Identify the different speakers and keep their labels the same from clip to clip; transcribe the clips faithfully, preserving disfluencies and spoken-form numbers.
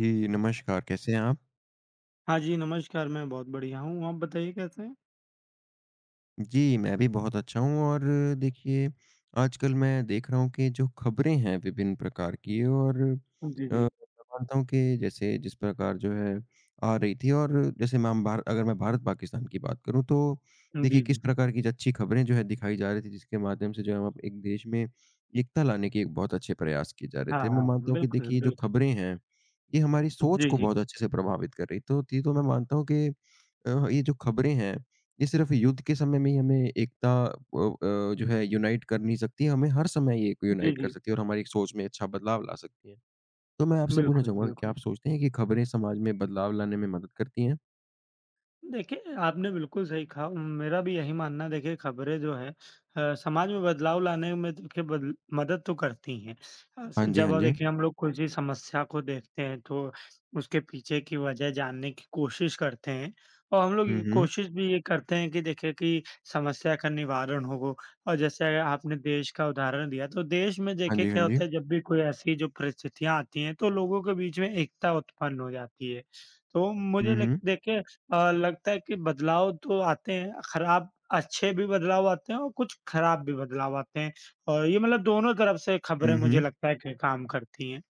Speaker 1: जी, नमस्कार, कैसे हैं आप?
Speaker 2: हाँ जी, नमस्कार, मैं बहुत बढ़िया हूँ, आप बताइए कैसे हैं?
Speaker 1: जी, मैं भी बहुत अच्छा हूँ और देखिए, आजकल मैं देख रहा हूँ कि जो खबरें हैं विभिन्न प्रकार की और अ,
Speaker 2: जी,
Speaker 1: मैं
Speaker 2: जी।
Speaker 1: मानता हूँ कि जैसे जिस प्रकार जो है आ रही थी और जैसे मैं हम भार अगर मैं भारत-पाकिस्तान की बात करूँ तो देखिए
Speaker 2: जी,
Speaker 1: किस
Speaker 2: जी।
Speaker 1: प्रकार की जो अच्छी खबरें जो है दिखाई जा रही थी, जिसके माध्यम से जो है हम अब एक देश में एकता लाने के एक बहुत अच्छे प्रयास किए जा रहे
Speaker 2: हाँ,
Speaker 1: थे। मैं
Speaker 2: हाँ,
Speaker 1: मानता हूँ कि
Speaker 2: बिल्कुल,
Speaker 1: देखिए, ये जो
Speaker 2: बिल्कुल।
Speaker 1: खबरें हैं, ये हमारी सोच
Speaker 2: जी,
Speaker 1: को
Speaker 2: जी।
Speaker 1: बहुत अच्छे से प्रभावित कर रही तो थी, तो मैं मानता हूँ कि अ, ये जो खबरें हैं, ये सिर्फ़ युद्ध के समय में ही हमें एकता अ अ, जो है यूनाइट कर नहीं सकती, हमें हर समय ये
Speaker 2: जी,
Speaker 1: यूनाइट कर
Speaker 2: जी।
Speaker 1: सकती है और हमारी सोच में अच्छा बदलाव ला सकती है। तो मैं आपसे पूछना
Speaker 2: बिल्कुल,
Speaker 1: चाहूँगा कि क्या
Speaker 2: बिल्कुल।
Speaker 1: आप सोचते हैं कि खबरें समाज में बदलाव लाने में मदद करती हैं?
Speaker 2: देखिए, आपने बिल्कुल सही कहा। मेरा भी यही मानना है, देखिए खबरें जो हैं अ, समाज में बदलाव लाने में देखिए बद मदद तो करती हैं। अ, स
Speaker 1: हाँ जी, हाँ
Speaker 2: जब हम-
Speaker 1: जी।
Speaker 2: देखिए हम लोग कोई भी समस्या को देखते हैं तो उसके पीछे की वजह जानने की कोशिश करते हैं और हम लोग
Speaker 1: हुँ,
Speaker 2: ये
Speaker 1: हुँ।
Speaker 2: कोशिश भी ये करते हैं कि देखिए कि समस्या का निवारण हो। और जैसे आपने देश का उदाहरण दिया, तो देश में
Speaker 1: हाँ
Speaker 2: देखिए
Speaker 1: जी, हाँ
Speaker 2: क्या
Speaker 1: जी।
Speaker 2: होता है जब भी कोई ऐसी जो परिस्थितियाँ आती हैं तो लोगों के बीच में एकता उत्पन्न हो जाती है। तो मुझे
Speaker 1: हुँ,
Speaker 2: लग
Speaker 1: हुँ।
Speaker 2: देखिए अ, लगता है कि बदलाव तो आते हैं, खराब अच्छे भी बदलाव आते हैं और कुछ खराब भी बदलाव आते हैं और ये मतलब दोनों तरफ से खबरें
Speaker 1: हुँ,
Speaker 2: मुझे
Speaker 1: हुँ।
Speaker 2: लगता है कि काम करती हैं।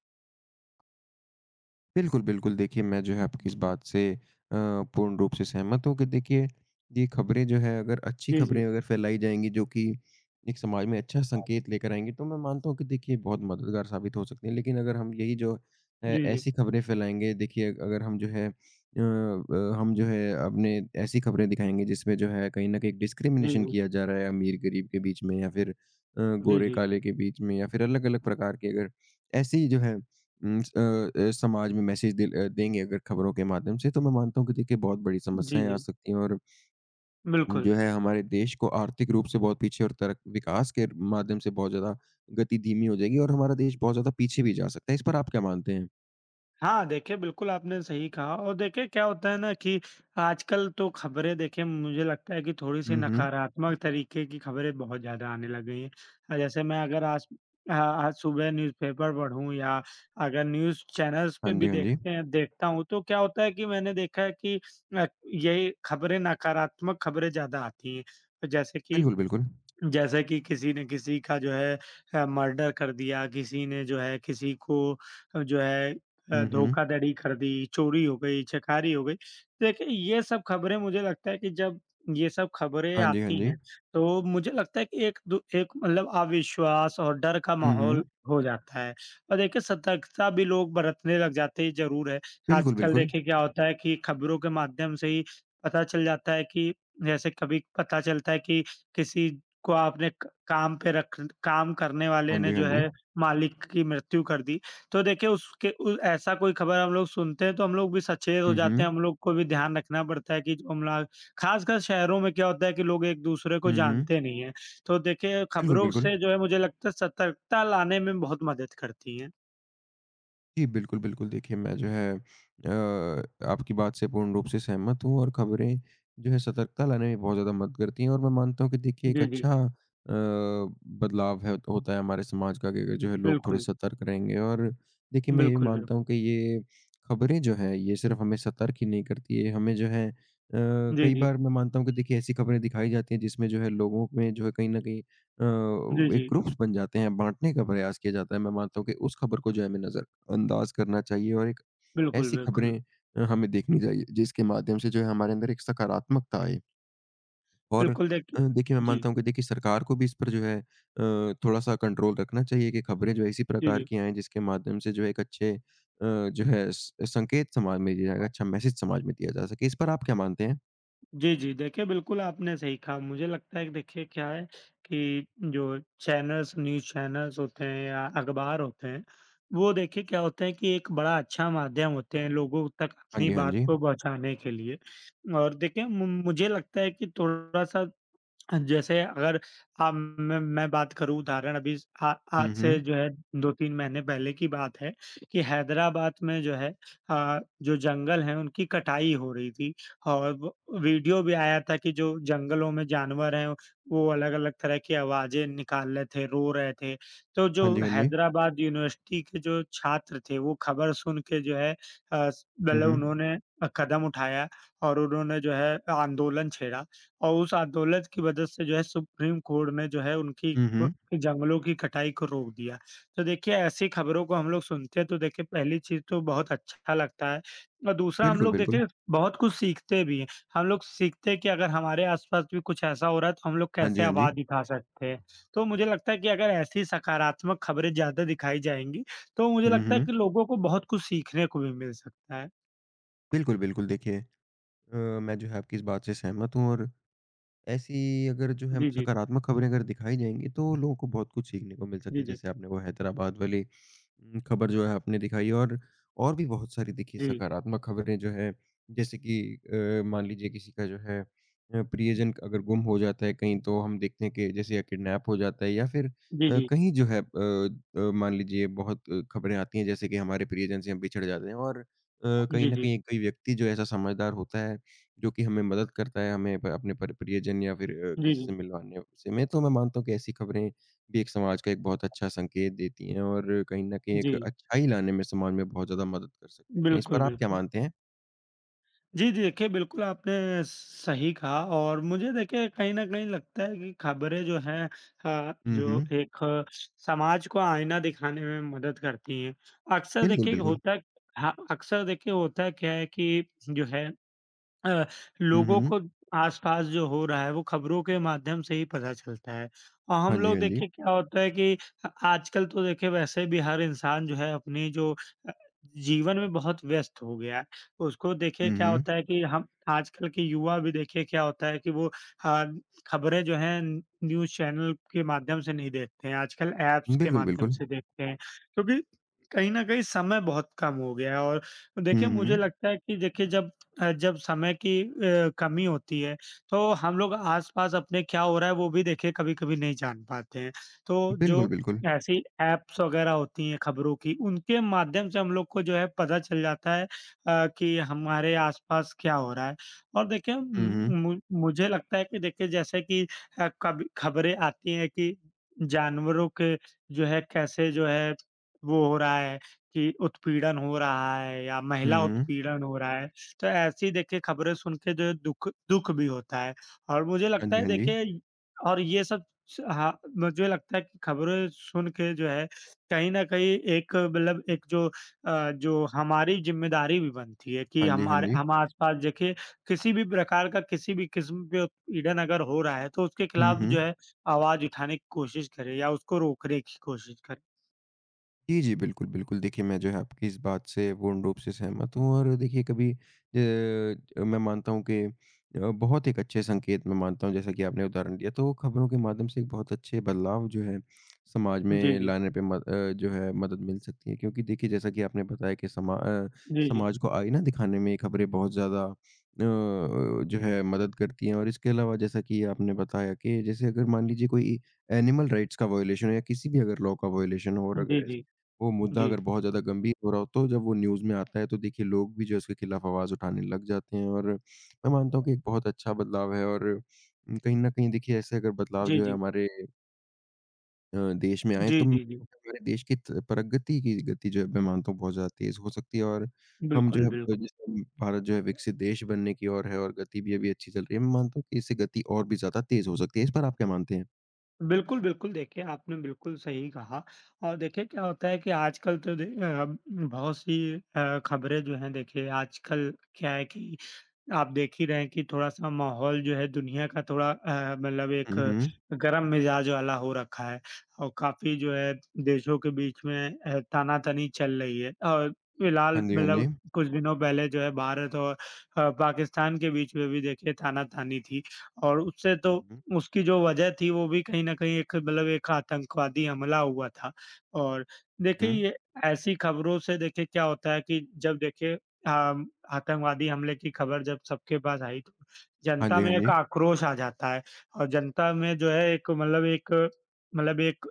Speaker 1: बिल्कुल, बिल्कुल। देखिए, मैं जो है आपकी इस बात से अ, पूर्ण रूप से सहमत हूँ कि देखिए, ये ख़बरें जो है अगर अच्छी
Speaker 2: जी, जी।
Speaker 1: ख़बरें अगर फैलाई जाएँगी जो कि एक समाज में अच्छा
Speaker 2: हाँ।
Speaker 1: संकेत लेकर आएँगी, तो मैं मानता हूँ कि देखिए बहुत मददगार साबित हो सकती हैं। लेकिन अगर हम यही जो है
Speaker 2: जी, जी।
Speaker 1: ऐसी ख़बरें फैलाएँगे देखिए अगर हम जो है अ अ, हम जो है अपने ऐसी ख़बरें दिखाएँगे जिसमें जो है कहीं न कहीं
Speaker 2: जी,
Speaker 1: डिस्क्रिमिनेशन
Speaker 2: जी।
Speaker 1: किया जा रहा है अमीर-गरीब के बीच में या फिर अ,
Speaker 2: जी, जी।
Speaker 1: गोरे-काले के बीच में या फिर अलग-अलग प्रकार के अगर ऐसी जो है उम, स अ अ, समाज में मैसेज दिल अ, देंगे अगर खबरों के माध्यम से, तो मैं मानता हूँ कि देखिए बहुत बड़ी
Speaker 2: जी,
Speaker 1: समस्याएँ आ
Speaker 2: जी।
Speaker 1: सकती हैं और अम,
Speaker 2: बिल्कुल।
Speaker 1: जो है हमारे देश को आर्थिक रूप से बहुत पीछे और तरक विकास के माध्यम से बहुत ज़्यादा गति धीमी हो जाएगी और हमारा देश बहुत ज़्यादा पीछे भी जा सकता है। इस पर आप क्या मानते हैं?
Speaker 2: हाँ, देखिए बिल्कुल आपने सही कहा और देखिए क्या होता है ना कि आजकल तो खबरें देखिए मुझे लगता है कि थोड़ी-सी
Speaker 1: हुँ, हुँ।
Speaker 2: नकारात्मक तरीके की खबरें बहुत ज़्यादा आने लग गई हैं। अ, जैसे मैं अगर आज अ, आज सुबह न्यूज़पेपर पढ़ूँ या अगर न्यूज़ चैनल्स
Speaker 1: हाँ
Speaker 2: पे
Speaker 1: जी,
Speaker 2: भी
Speaker 1: हाँ जी।
Speaker 2: देखते हैं देखता हूँ तो क्या होता है कि मैंने देखा है कि अ, यही खबरें नकारात्मक खबरें ज़्यादा आती हैं। जैसे कि
Speaker 1: बिल्कुल, बिल्कुल।
Speaker 2: जैसे कि किसी ने किसी का जो है अ, मर्डर कर दिया, किसी ने जो है किसी को अ, जो है अ,
Speaker 1: हुँ, हुँ।
Speaker 2: धोखाधड़ी कर दी, चोरी हो गई, चकारी हो गई। देखिए ये सब खबरें मुझे लगता है कि जब ये सब खबरें
Speaker 1: हाँ जी, हाँ
Speaker 2: आती
Speaker 1: जी।
Speaker 2: हैं, तो मुझे लगता है कि एक दु एक मतलब अविश्वास और डर का
Speaker 1: हुँ, हुँ।
Speaker 2: माहौल हो जाता है। और देखिए सतर्कता भी लोग बरतने लग जाते हैं ज़रूर है।
Speaker 1: बिल्कुल,
Speaker 2: आजकल
Speaker 1: बिल्कुल।
Speaker 2: देखिए क्या होता है कि खबरों के माध्यम से ही पता चल जाता है कि जैसे कभी पता चलता है कि किसी को आपने क काम पे रख काम करने
Speaker 1: हाँ
Speaker 2: वाले ने
Speaker 1: जी, हाँ
Speaker 2: जो
Speaker 1: जी।
Speaker 2: है मालिक की मृत्यु कर दी। तो देखिए उसके उ ऐसा कोई खबर हम लोग सुनते हैं तो हम लोग भी सचेत हो
Speaker 1: हुँ,
Speaker 2: जाते हैं,
Speaker 1: हुँ।
Speaker 2: हम लोग को भी ध्यान रखना पड़ता है कि जो हम लोग खासकर शहरों में क्या होता है कि लोग एक-दूसरे
Speaker 1: हुँ,
Speaker 2: को
Speaker 1: हुँ।
Speaker 2: जानते नहीं हैं। तो देखिए
Speaker 1: बिल्कुल,
Speaker 2: खबरों
Speaker 1: बिल्कुल।
Speaker 2: से जो है मुझे लगता है सतर्कता लाने में बहुत मदद करती हैं।
Speaker 1: जी, बिल्कुल, बिल्कुल। देखिए, मैं जो है अ, आपकी बात से पूर्ण रूप से सहमत हूँ और ख़बरें जो है सतर्कता लाने में बहुत ज़्यादा मदद करती हैं और मैं मानता हूँ कि देखिए एक
Speaker 2: जी, जी।
Speaker 1: अच्छा अ, बदलाव है होता है हमारे समाज का कि जो है लोग थोड़े
Speaker 2: बिल्कुल,
Speaker 1: सतर्क रहेंगे और देखिए, मैं ये भी
Speaker 2: बिल्कुल, बिल्कुल।
Speaker 1: मानता हूँ कि ये ख़बरें जो हैं, ये सिर्फ़ हमें सतर्क ही नहीं करती, ये हमें जो है अ,
Speaker 2: जी,
Speaker 1: कई
Speaker 2: जी।
Speaker 1: बार मैं मानता हूँ कि देखिए ऐसी ख़बरें दिखाई जाती हैं जिसमें जो है लोगों में जो है कहीं न कहीं
Speaker 2: जी,
Speaker 1: अ, एक
Speaker 2: जी।
Speaker 1: ग्रुप्स बन जाते हैं, बाँटने का प्रयास किया जाता है। मैं मानता हूँ कि उस ख़बर को जो है हमें नज़र अंदाज़ करना चाहिए और एक
Speaker 2: बिल्कुल,
Speaker 1: ऐसी खबरें
Speaker 2: बिल्कुल।
Speaker 1: अ, हमें देखनी चाहिए, जिसके माध्यम से जो है हमारे अंदर एक सकारात्मकता आए। और
Speaker 2: बिल्कुल
Speaker 1: अ,
Speaker 2: देखिए,
Speaker 1: देखिए मैं
Speaker 2: जी,
Speaker 1: मानता हूँ कि देखिए सरकार को भी इस पर जो है अ, थोड़ा-सा कंट्रोल रखना चाहिए कि खबरें जो है इसी
Speaker 2: जी,
Speaker 1: प्रकार
Speaker 2: जी।
Speaker 1: की आएँ जिसके माध्यम से जो है एक अच्छे अ, जो है स संकेत समाज में दिया जाएगा, अच्छा मैसेज समाज में दिया जा सके। इस पर आप क्या मानते हैं?
Speaker 2: जी, जी। देखिए, बिल्कुल आपने सही कहा। मुझे लगता है कि देखिए क्या है कि जो चैनल्स न्यूज़ चैनल्स होते हैं या अखबार होते हैं, वो देखिए क्या होता है कि एक बड़ा अच्छा माध्यम होते हैं लोगों तक
Speaker 1: हाँ
Speaker 2: अपनी
Speaker 1: जी, हाँ
Speaker 2: बात
Speaker 1: जी।
Speaker 2: को पहुँचाने के लिए। और देखिए मु मुझे लगता है कि थोड़ा-सा, जैसे अगर आप मैं मैं बात करूँ उदाहरण अभी आ, आज
Speaker 1: हुँ,
Speaker 2: से
Speaker 1: हुँ।
Speaker 2: जो है दो-तीन महीने पहले की बात है कि हैदराबाद में जो है अ, जो जंगल हैं उनकी कटाई हो रही थी और व वीडियो भी आया था कि जो जंगलों में जानवर हैं वो अलग-अलग तरह की आवाज़ें निकाल रहे थे, रो रहे थे। तो जो
Speaker 1: हाँ जी, हाँ जी।
Speaker 2: हैदराबाद यूनिवर्सिटी के जो छात्र थे वो खबर सुन के जो है अ, स
Speaker 1: हुँ,
Speaker 2: मतलब
Speaker 1: हुँ।
Speaker 2: उन्होंने अ, कदम उठाया और उन्होंने जो है आंदोलन छेड़ा। और उस आंदोलन की मदद से जो है सुप्रीम कोर्ट ने जो है उनकी
Speaker 1: हुँ,
Speaker 2: क
Speaker 1: हुँ।
Speaker 2: जंगलों की कटाई को रोक दिया। तो देखिए ऐसी खबरों को हम लोग सुनते हैं तो देखिए पहली चीज़ तो बहुत अच्छा लगता है और दूसरा हम
Speaker 1: बिल्कुल,
Speaker 2: लोग
Speaker 1: बिल्कुल।
Speaker 2: देखिए बहुत कुछ सीखते भी हैं। हम लोग सीखते हैं कि अगर हमारे आस-पास भी कुछ ऐसा हो रहा है तो हम लोग
Speaker 1: हाँ जी,
Speaker 2: कैसे
Speaker 1: हाँ जी।
Speaker 2: आवाज़ उठा सकते हैं। तो मुझे लगता है कि अगर ऐसी सकारात्मक खबरें ज़्यादा दिखाई जाएँगी तो मुझे
Speaker 1: हुँ,
Speaker 2: लगता है
Speaker 1: हुँ।
Speaker 2: कि लोगों को बहुत कुछ सीखने को भी मिल सकता है।
Speaker 1: बिल्कुल, बिल्कुल देखिए अ, मैं जो है आपकी इस बात से सहमत हूँ और ऐसी अगर जो है
Speaker 2: जी, जी।
Speaker 1: सकारात्मक खबरें अगर दिखाई जाएँगी तो लोगों को बहुत कुछ सीखने को मिल सकती
Speaker 2: जी,
Speaker 1: है।
Speaker 2: जी।
Speaker 1: जैसे आपने वो हैदराबाद वाली उम, खबर जो है आपने दिखाई और और भी बहुत सारी देखिए
Speaker 2: जी।
Speaker 1: सकारात्मक खबरें जो हैं जैसे कि अ, मान लीजिए किसी का जो है अ, प्रियजन अगर गुम हो जाता है कहीं तो हम देखते हैं कि जैसे या किडनैप हो जाता है या फिर
Speaker 2: जी,
Speaker 1: अ,
Speaker 2: जी।
Speaker 1: कहीं जो है अ अ, मान लीजिए बहुत अ, खबरें आती हैं जैसे कि हमारे प्रियजन से हम बिछड़ जाते हैं और अ, कहीं
Speaker 2: जी,
Speaker 1: न
Speaker 2: जी।
Speaker 1: कहीं कोई व्यक्ति जो है ऐसा समझदार होता है जो कि हमें मदद करता है, हमें प अपने पर प्रियजन या फिर अ,
Speaker 2: जी,
Speaker 1: किसी से
Speaker 2: जी।
Speaker 1: मिलवाने से में तो मैं मानता हूँ कि ऐसी खबरें भी एक समाज का एक बहुत अच्छा संकेत देती हैं और कहीं न कहीं
Speaker 2: जी।
Speaker 1: एक अच्छाई लाने में समाज में बहुत ज़्यादा मदद कर सकती हैं। इस पर
Speaker 2: बिल्कुल,
Speaker 1: आप क्या
Speaker 2: बिल्कुल।
Speaker 1: मानते हैं?
Speaker 2: जी, जी, देखिए बिल्कुल आपने सही कहा और मुझे देखिए कहीं न कहीं लगता है कि खबरें जो हैं अ,
Speaker 1: हुँ,
Speaker 2: जो
Speaker 1: हुँ।
Speaker 2: एक अ, समाज को आईना दिखाने में मदद करती हैं। अक्सर
Speaker 1: बिल्कुल,
Speaker 2: देखिए
Speaker 1: बिल्कुल।
Speaker 2: होता है, हाँ, अक्सर देखिए होता क्या है कि जो है अ,
Speaker 1: हुँ,
Speaker 2: लोगों
Speaker 1: हुँ।
Speaker 2: को आस-पास जो हो रहा है वो खबरों के माध्यम से ही पता चलता है। और
Speaker 1: हाँ
Speaker 2: हम
Speaker 1: जी,
Speaker 2: लोग
Speaker 1: हाँ जी।
Speaker 2: देखिए क्या होता है कि अ, आजकल तो देखिए वैसे भी हर इंसान जो है अपनी जो अ, जीवन में बहुत व्यस्त हो गया है। उसको देखिए
Speaker 1: हुँ,
Speaker 2: क्या
Speaker 1: हुँ।
Speaker 2: होता है कि हम आजकल के युवा भी देखिए क्या होता है कि वो अ, खबरें जो हैं न्यूज़ चैनल के माध्यम से नहीं देखते हैं, आजकल ऐप्स के
Speaker 1: बिल्कुल,
Speaker 2: माध्यम
Speaker 1: बिल्कुल।
Speaker 2: से देखते हैं। क्योंकि कहीं न कहीं समय बहुत कम हो गया है। और
Speaker 1: हुँ,
Speaker 2: देखिए मुझे
Speaker 1: हुँ।
Speaker 2: लगता है कि देखिए जब अ, जब समय की अ, कमी होती है तो हम लोग आस-पास अपने क्या हो रहा है वो भी देखिए कभी-कभी नहीं जान पाते हैं। तो जो
Speaker 1: बिल्कुल, बिल्कुल।
Speaker 2: ऐसी ऐप्स वगैरह होती हैं खबरों की उनके माध्यम से हम लोग को जो है पता चल जाता है अ, कि हमारे आस-पास क्या हो रहा है। और देखिए,
Speaker 1: हुँ, हुँ।
Speaker 2: उम, मु मुझे लगता है कि देखिए जैसे कि अ, कभी खबरें आती हैं कि जानवरों के जो है कैसे जो है वो हो रहा है कि उत्पीड़न हो रहा है या
Speaker 1: हुँ,
Speaker 2: महिला
Speaker 1: हुँ।
Speaker 2: उत्पीड़न हो रहा है। तो ऐसी देखिए खबरें सुन के जो है दुःख दुःख भी होता है और मुझे
Speaker 1: हाँ
Speaker 2: लगता
Speaker 1: जी,
Speaker 2: है
Speaker 1: हाँ जी।
Speaker 2: देखिए और ये सब स हाँ, मुझे लगता है कि खबरें सुन के जो है कहीं न कहीं एक मतलब एक जो अ, जो हमारी ज़िम्मेदारी भी बनती है कि
Speaker 1: हाँ जी, हाँ
Speaker 2: हमारे
Speaker 1: जी।
Speaker 2: हम आस-पास देखिए किसी भी प्रकार का किसी भी किस्म पे उत्पीड़न अगर हो रहा है तो उसके
Speaker 1: हुँ,
Speaker 2: खिलाफ
Speaker 1: हुँ।
Speaker 2: जो है आवाज़ उठाने की कोशिश करें या उसको रोकने की कोशिश करें।
Speaker 1: जी, जी। बिल्कुल, बिल्कुल। देखिए, मैं जो है आपकी इस बात से पूर्ण रूप से सहमत हूँ और देखिए कभी अ, मैं मानता हूँ कि अ, बहुत एक अच्छे संकेत मैं मानता हूँ जैसा कि आपने उदाहरण दिया, तो खबरों के माध्यम से एक बहुत अच्छे बदलाव जो है समाज
Speaker 2: जी,
Speaker 1: में
Speaker 2: जी।
Speaker 1: लाने पे म अ, जो है मदद मिल सकती है। क्योंकि देखिए जैसा कि आपने बताया कि समा अ,
Speaker 2: जी, जी।
Speaker 1: समाज को आईना दिखाने में ये खबरें बहुत ज़्यादा अ, जो है मदद करती हैं और इसके अलावा जैसा कि आपने बताया कि जैसे अगर मान लीजिए कोई एनिमल राइट्स का वायलेशन हो या किसी भी अगर लॉ का वायलेशन हो और
Speaker 2: जी,
Speaker 1: अगर ऐसे
Speaker 2: जी।
Speaker 1: वो मुद्दा
Speaker 2: जी।
Speaker 1: अगर बहुत ज़्यादा गंभीर हो रहा हो, तो जब वो न्यूज़ में आता है, तो देखिए लोग भी जो है उसके खिलाफ आवाज़ उठाने लग जाते हैं और मैं मानता हूँ कि एक बहुत अच्छा बदलाव है और उम, कहीं न कहीं देखिए ऐसे अगर बदलाव
Speaker 2: जी,
Speaker 1: जो है
Speaker 2: जी।
Speaker 1: हमारे अ, देश में आएँ,
Speaker 2: जी,
Speaker 1: तो मैं
Speaker 2: जी,
Speaker 1: मानता
Speaker 2: जी।
Speaker 1: हूँ कि हमारे देश की त प्रगति की गति जो है मैं मानता हूँ बहुत ज़्यादा तेज़ हो सकती है और हम जो
Speaker 2: बिल्कुल,
Speaker 1: है अ,
Speaker 2: बिल्कुल।
Speaker 1: जैसे भारत जो है विकसित देश बनने की ओर है और गति भी अभी अच्छी चल रही है। मैं मानता हूँ कि इससे गति और भी ज़्यादा तेज़ हो सकती है। इस पर आप क्या मानते हैं?
Speaker 2: बिल्कुल, बिल्कुल। देखिए, आपने बिल्कुल सही कहा और देखिए क्या होता है कि आजकल तो दे अ, बहुत सी अ, खबरें जो हैं देखिए आजकल क्या है कि आप देख ही रहे हैं कि थोड़ा-सा माहौल जो है दुनिया का थोड़ा अ, मतलब एक
Speaker 1: हुँ, हुँ।
Speaker 2: गरम मिजाज वाला हो रखा है और काफ़ी जो है देशों के बीच में अ, तानातनी चल रही है और फिलहाल
Speaker 1: हाँ जी, हाँ जी।
Speaker 2: मतलब कुछ दिनों पहले जो है भारत और अ, पाकिस्तान के बीच में भी देखिए तानातानी थी। और उससे तो
Speaker 1: हुँ, हुँ।
Speaker 2: उसकी जो वजह थी वो भी कहीं न कहीं एक मतलब एक आतंकवादी हमला हुआ था और देखिए
Speaker 1: हुँ।
Speaker 2: ये ऐसी खबरों से देखिए क्या होता है कि जब देखिए अम, आतंकवादी हमले की खबर जब सबके पास आई तो
Speaker 1: हाँ
Speaker 2: जनता
Speaker 1: जी, हाँ
Speaker 2: में एक
Speaker 1: जी।
Speaker 2: आक्रोश आ जाता है और जनता में जो है एक मतलब एक मतलब एक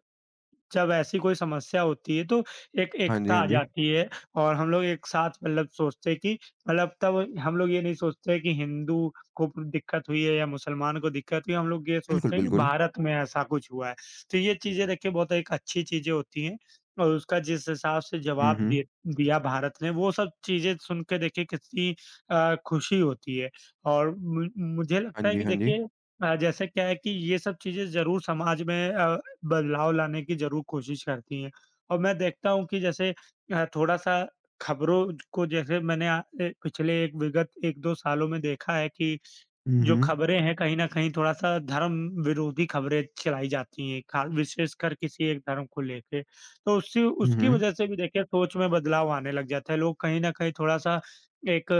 Speaker 2: जब ऐसी कोई समस्या होती है तो एक
Speaker 1: हाँ जी,
Speaker 2: एकता
Speaker 1: हाँ
Speaker 2: आ
Speaker 1: जी।
Speaker 2: जाती है और हम लोग एक साथ मतलब सोचते हैं कि मतलब तब हम लोग ये नहीं सोचते कि हिंदू को दिक्कत हुई है या मुसलमान को दिक्कत हुई है, हम लोग ये
Speaker 1: बिल्कुल,
Speaker 2: सोचते हैं कि
Speaker 1: बिल्कुल।
Speaker 2: भारत में ऐसा कुछ हुआ है। तो ये चीज़ें देखिए बहुत एक अच्छी चीज़ें होती हैं और उसका जिस हिसाब से
Speaker 1: हुँ,
Speaker 2: जवाब
Speaker 1: हुँ।
Speaker 2: दे दिया भारत ने वो सब चीज़ें सुन के देखिए कितनी अ, खुशी होती है और मु मुझे लगता
Speaker 1: हाँ
Speaker 2: है
Speaker 1: जी,
Speaker 2: कि
Speaker 1: हाँ जी।
Speaker 2: देखिए अ, जैसे क्या है कि ये सब चीज़ें ज़रूर समाज में अ बदलाव लाने की ज़रूर कोशिश करती हैं। और मैं देखता हूँ कि जैसे अ, थोड़ा-सा खबरों को जैसे मैंने अ, ए पिछले एक विगत एक-दो सालों में देखा है कि
Speaker 1: हुँ,
Speaker 2: जो
Speaker 1: हुँ।
Speaker 2: खबरें हैं कहीं न कहीं थोड़ा-सा धर्म विरोधी खबरें चलाई जाती हैं, खा विशेषकर किसी एक धर्म को लेके। तो उससे
Speaker 1: हुँ,
Speaker 2: उसकी
Speaker 1: हुँ।
Speaker 2: वज़ह से भी देखिए सोच में बदलाव आने लग जाता है। लोग कहीं न कहीं थोड़ा-सा एक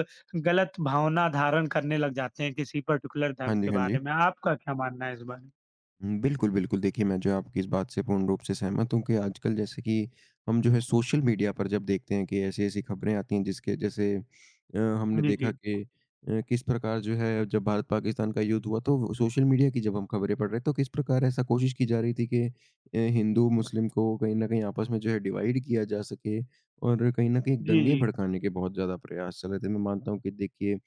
Speaker 2: गलत भावना धारण करने लग जाते हैं किसी पर्टिकुलर
Speaker 1: हाँ
Speaker 2: धर्म
Speaker 1: जी,
Speaker 2: के
Speaker 1: हाँ जी।
Speaker 2: बारे में। आपका क्या मानना है इस बारे में?
Speaker 1: हुँ, बिल्कुल, बिल्कुल। देखिए, मैं जो है आपकी इस बात से पूर्ण रूप से सहमत हूँ कि आजकल जैसे कि हम जो है सोशल मीडिया पर जब देखते हैं कि ऐसी-ऐसी खबरें आती हैं जिसके जैसे अ, हमने
Speaker 2: जी,
Speaker 1: देखा
Speaker 2: जी।
Speaker 1: कि अ, किस प्रकार जो है जब भारत-पाकिस्तान का युद्ध हुआ तो वो सोशल मीडिया की जब हम खबरें पढ़ रहे हैं तो किस प्रकार ऐसा कोशिश की जा रही थी कि अ, हिंदू-मुस्लिम को कहीं न कहीं आपस में जो है डिवाइड किया जा सके और कहीं न कहीं
Speaker 2: जी,
Speaker 1: दंगे
Speaker 2: जी।
Speaker 1: भड़काने के बहुत ज़्यादा प्रयास चल रहे थे। मैं मानता हूँ कि देखिए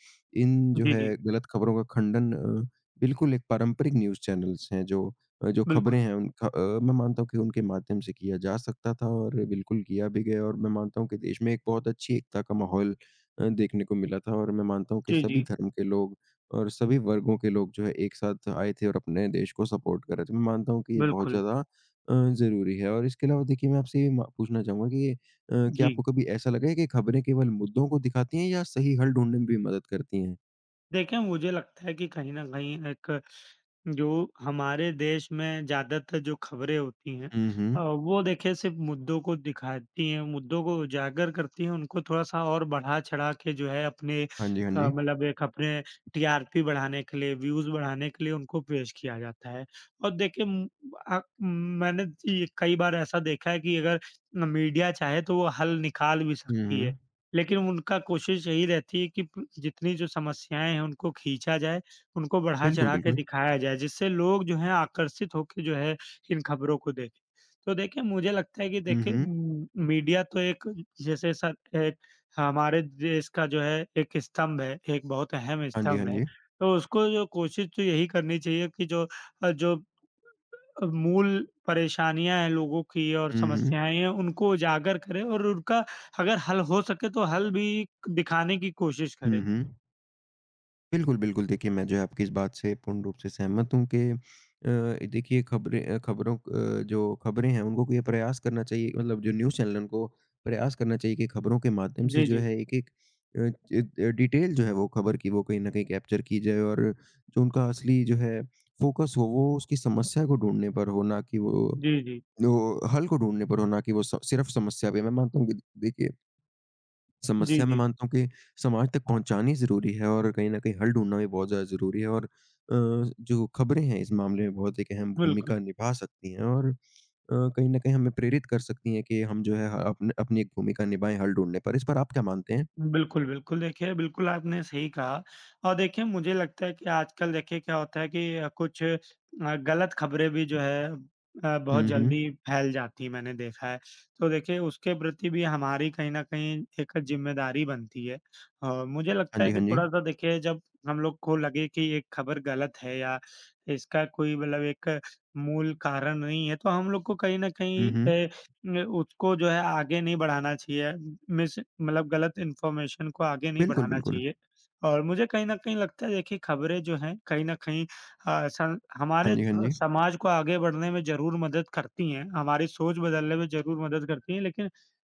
Speaker 1: इन जो
Speaker 2: जी, जी।
Speaker 1: है गलत खबरों का खंडन अ बिल्कुल, एक पारंपरिक न्यूज़ चैनल्स हैं जो अ, जो खबरें
Speaker 2: बिल्कुल।
Speaker 1: हैं उनका अ, मैं मानता हूँ कि उनके माध्यम से किया जा सकता था और बिल्कुल किया भी गया और मैं मानता हूँ कि देश में एक बहुत अच्छी एकता का माहौल अ, देखने को मिला था और मैं मानता हूँ कि
Speaker 2: जी,
Speaker 1: सभी
Speaker 2: जी।
Speaker 1: धर्म के लोग और सभी वर्गों के लोग जो है एक साथ आए थे और अपने देश को सपोर्ट कर रहे थे। मैं मानता हूँ कि ये बहुत
Speaker 2: बिल्कुल।
Speaker 1: ज़्यादा अ, ज़रूरी है और इसके अलावा देखिए मैं आपसे ये मा पूछना चाहूँगा कि अ, क्या
Speaker 2: जी।
Speaker 1: आपको कभी ऐसा लगा है कि खबरें केवल मुद्दों को दिखाती हैं या सही हल ढूँढने में भी मदद करती हैं?
Speaker 2: देखिए, मुझे लगता है कि कहीं न कहीं एक जो हमारे देश में ज़्यादातर जो खबरें होती हैं,
Speaker 1: हुँ,
Speaker 2: अ,
Speaker 1: हुँ।
Speaker 2: वो देखिए सिर्फ़ मुद्दों को दिखाती हैं, मुद्दों को उजागर करती हैं, उनको थोड़ा-सा और बढ़ा-चढ़ा के जो है अपने
Speaker 1: हाँ जी, हाँ
Speaker 2: अ,
Speaker 1: जी।
Speaker 2: मतलब एक अपने टीआरपी बढ़ाने के लिए, व्यूज़ बढ़ाने के लिए उनको पेश किया जाता है। और देखिए, उम, अ, मैंने ये कई बार ऐसा देखा है कि अगर मीडिया चाहे तो वो हल निकाल भी
Speaker 1: हुँ,
Speaker 2: सकती है,
Speaker 1: हुँ।
Speaker 2: लेकिन उनका कोशिश यही रहती है कि प जितनी जो समस्याएँ हैं उनको खींचा जाए, उनको
Speaker 1: बिल्कुल,
Speaker 2: बढ़ा-चढ़ा के
Speaker 1: बिल्कुल।
Speaker 2: दिखाया जाए, जिससे लोग जो हैं आकर्षित होके जो है इन खबरों को देखें। तो देखिए मुझे लगता है कि
Speaker 1: हुँ,
Speaker 2: देखिए
Speaker 1: हुँ।
Speaker 2: उम, मीडिया तो एक जैसे सर एक हमारे देश का जो है एक स्तंभ है, एक बहुत अहम
Speaker 1: हाँ जी, हाँ
Speaker 2: स्तंभ है।
Speaker 1: जी।
Speaker 2: तो उसको जो कोशिश तो यही करनी चाहिए कि जो अ, जो अ, मूल परेशानियाँ हैं लोगों की और
Speaker 1: हुँ, हुँ।
Speaker 2: समस्याएँ हैं, उनको उजागर करें और उनका अगर हल हो सके तो हल भी दिखाने की कोशिश
Speaker 1: हुँ,
Speaker 2: करें।
Speaker 1: हुँ। बिल्कुल, बिल्कुल देखिए मैं जो है आपकी इस बात से पूर्ण रूप से सहमत हूँ कि अ, देखिए खबरें अ, खबरों अ, जो खबरें हैं उनको को ये प्रयास करना चाहिए मतलब जो न्यूज़ चैनल हैं उनको प्रयास करना चाहिए कि खबरों के माध्यम से
Speaker 2: जी,
Speaker 1: जो
Speaker 2: जी।
Speaker 1: है एक-एक अ, ज अ, डिटेल जो है वो खबर की वो कहीं न कहीं कैप्चर की जाए और जो उनका असली जो है फ़ोकस हो वो उसकी समस्या को ढूँढने पर हो ना कि वो
Speaker 2: जी, जी।
Speaker 1: वो हल को ढूँढने पर हो ना कि वो स सिर्फ़ समस्या पे मैं मानता हूँ कि देखिए
Speaker 2: जी,
Speaker 1: समस्या मैं
Speaker 2: जी।
Speaker 1: मानता हूँ कि समाज तक पहुँचानी ज़रूरी है और कहीं न कहीं हल ढूँढना भी बहुत ज़्यादा ज़रूरी है और अ, जो खबरें हैं इस मामले में बहुत एक अहम भूमिका
Speaker 2: बिल्कुल,
Speaker 1: निभा सकती हैं और अ, कहीं न कहीं हमें प्रेरित कर सकती हैं कि हम जो है ह अपने अपनी एक भूमिका निभाएँ हल ढूँढने पर। इस पर आप क्या मानते हैं?
Speaker 2: बिल्कुल, बिल्कुल। देखिए, बिल्कुल आपने सही कहा। और देखिए मुझे लगता है कि आजकल देखिए क्या होता है कि अ, कुछ अ, गलत खबरें भी जो है अ, बहुत
Speaker 1: हुँ, हुँ।
Speaker 2: जल्दी फैल जाती हैं, मैंने देखा है। तो देखिए उसके प्रति भी हमारी कहीं न कहीं एक ज़िम्मेदारी बनती है और मुझे
Speaker 1: हाँ
Speaker 2: लगता
Speaker 1: जी,
Speaker 2: है
Speaker 1: हाँ
Speaker 2: कि
Speaker 1: जी।
Speaker 2: थोड़ा-सा देखिए जब हम लोग को लगे कि ये खबर गलत है या इसका कोई मतलब एक मूल कारण नहीं है, तो हम लोग को कहीं न
Speaker 1: हुँ,
Speaker 2: कहीं
Speaker 1: हुँ।
Speaker 2: ए न उसको जो है आगे नहीं बढ़ाना चाहिए। मिस मतलब गलत इन्फॉर्मेशन को आगे नहीं
Speaker 1: बिल्कुल,
Speaker 2: बढ़ाना
Speaker 1: बिल्कुल।
Speaker 2: चाहिए। और मुझे कहीं न कहीं लगता है देखिए खबरें जो हैं कहीं न कहीं अ, स
Speaker 1: हाँ
Speaker 2: हमारे
Speaker 1: जी, हाँ
Speaker 2: ज
Speaker 1: जी।
Speaker 2: समाज को आगे बढ़ने में ज़रूर मदद करती हैं, हमारी सोच बदलने में ज़रूर मदद करती हैं। लेकिन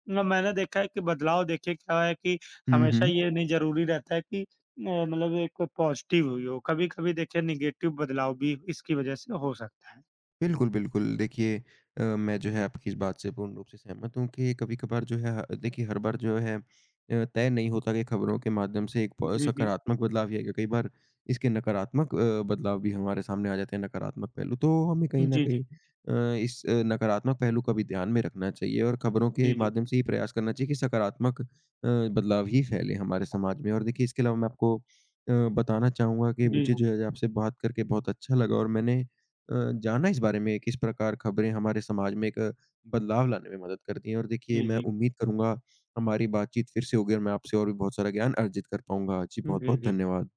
Speaker 2: म मैंने देखा है कि बदलाव देखिए क्या है कि
Speaker 1: हुँ,
Speaker 2: हमेशा
Speaker 1: हुँ।
Speaker 2: ये नहीं ज़रूरी रहता है कि अ, मतलब एक पॉज़िटिव हुई हो, कभी-कभी देखिए नेगेटिव बदलाव भी इसकी वज़ह से हो सकता है।
Speaker 1: बिल्कुल, बिल्कुल। देखिए अ, मैं जो है आपकी इस बात से पूर्ण रूप से सहमत हूँ कि कभी-कभार जो है ह देखिए हर बार जो है अ, तय नहीं होता कि खबरों के माध्यम से एक प
Speaker 2: जी, जी।
Speaker 1: सकारात्मक बदलाव ही आएगा। कई बार इसके नकारात्मक अ, बदलाव भी हमारे सामने आ जाते हैं, नकारात्मक पहलू। तो हमें कहीं न
Speaker 2: जी,
Speaker 1: कहीं
Speaker 2: जी।
Speaker 1: अ, इस अ, नकारात्मक पहलू का भी ध्यान में रखना चाहिए और खबरों के
Speaker 2: जी, जी।
Speaker 1: माध्यम से ये प्रयास करना चाहिए कि सकारात्मक अ, बदलाव ही फैले हमारे समाज में। और देखिए इसके अलावा मैं आपको अ, बताना चाहूँगा कि
Speaker 2: जी,
Speaker 1: मुझे
Speaker 2: जी।
Speaker 1: जो है आपसे बात करके बहुत अच्छा लगा और मैंने अ, जाना इस बारे में किस प्रकार खबरें हमारे समाज में एक अ, बदलाव लाने में मदद करती हैं। और देखिए
Speaker 2: जी,
Speaker 1: मैं
Speaker 2: जी।
Speaker 1: उम्मीद करूँगा हमारी बातचीत फिर से होगी और मैं आपसे और भी बहुत सारा ज्ञान अर्जित कर पाऊँगा। जी
Speaker 2: जी,
Speaker 1: बहुत-बहुत
Speaker 2: जी।
Speaker 1: धन्यवाद।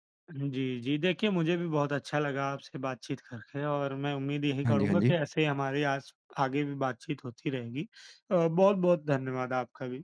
Speaker 2: जी, जी। देखिए, मुझे भी बहुत अच्छा लगा आपसे बातचीत करके और मैं उम्मीद यही
Speaker 1: हाँ जी, हाँ
Speaker 2: करूँगा कि
Speaker 1: जी।
Speaker 2: ऐसे ही हमारी आज आगे भी बातचीत होती रहेगी। अ, बहुत-बहुत धन्यवाद आपका भी।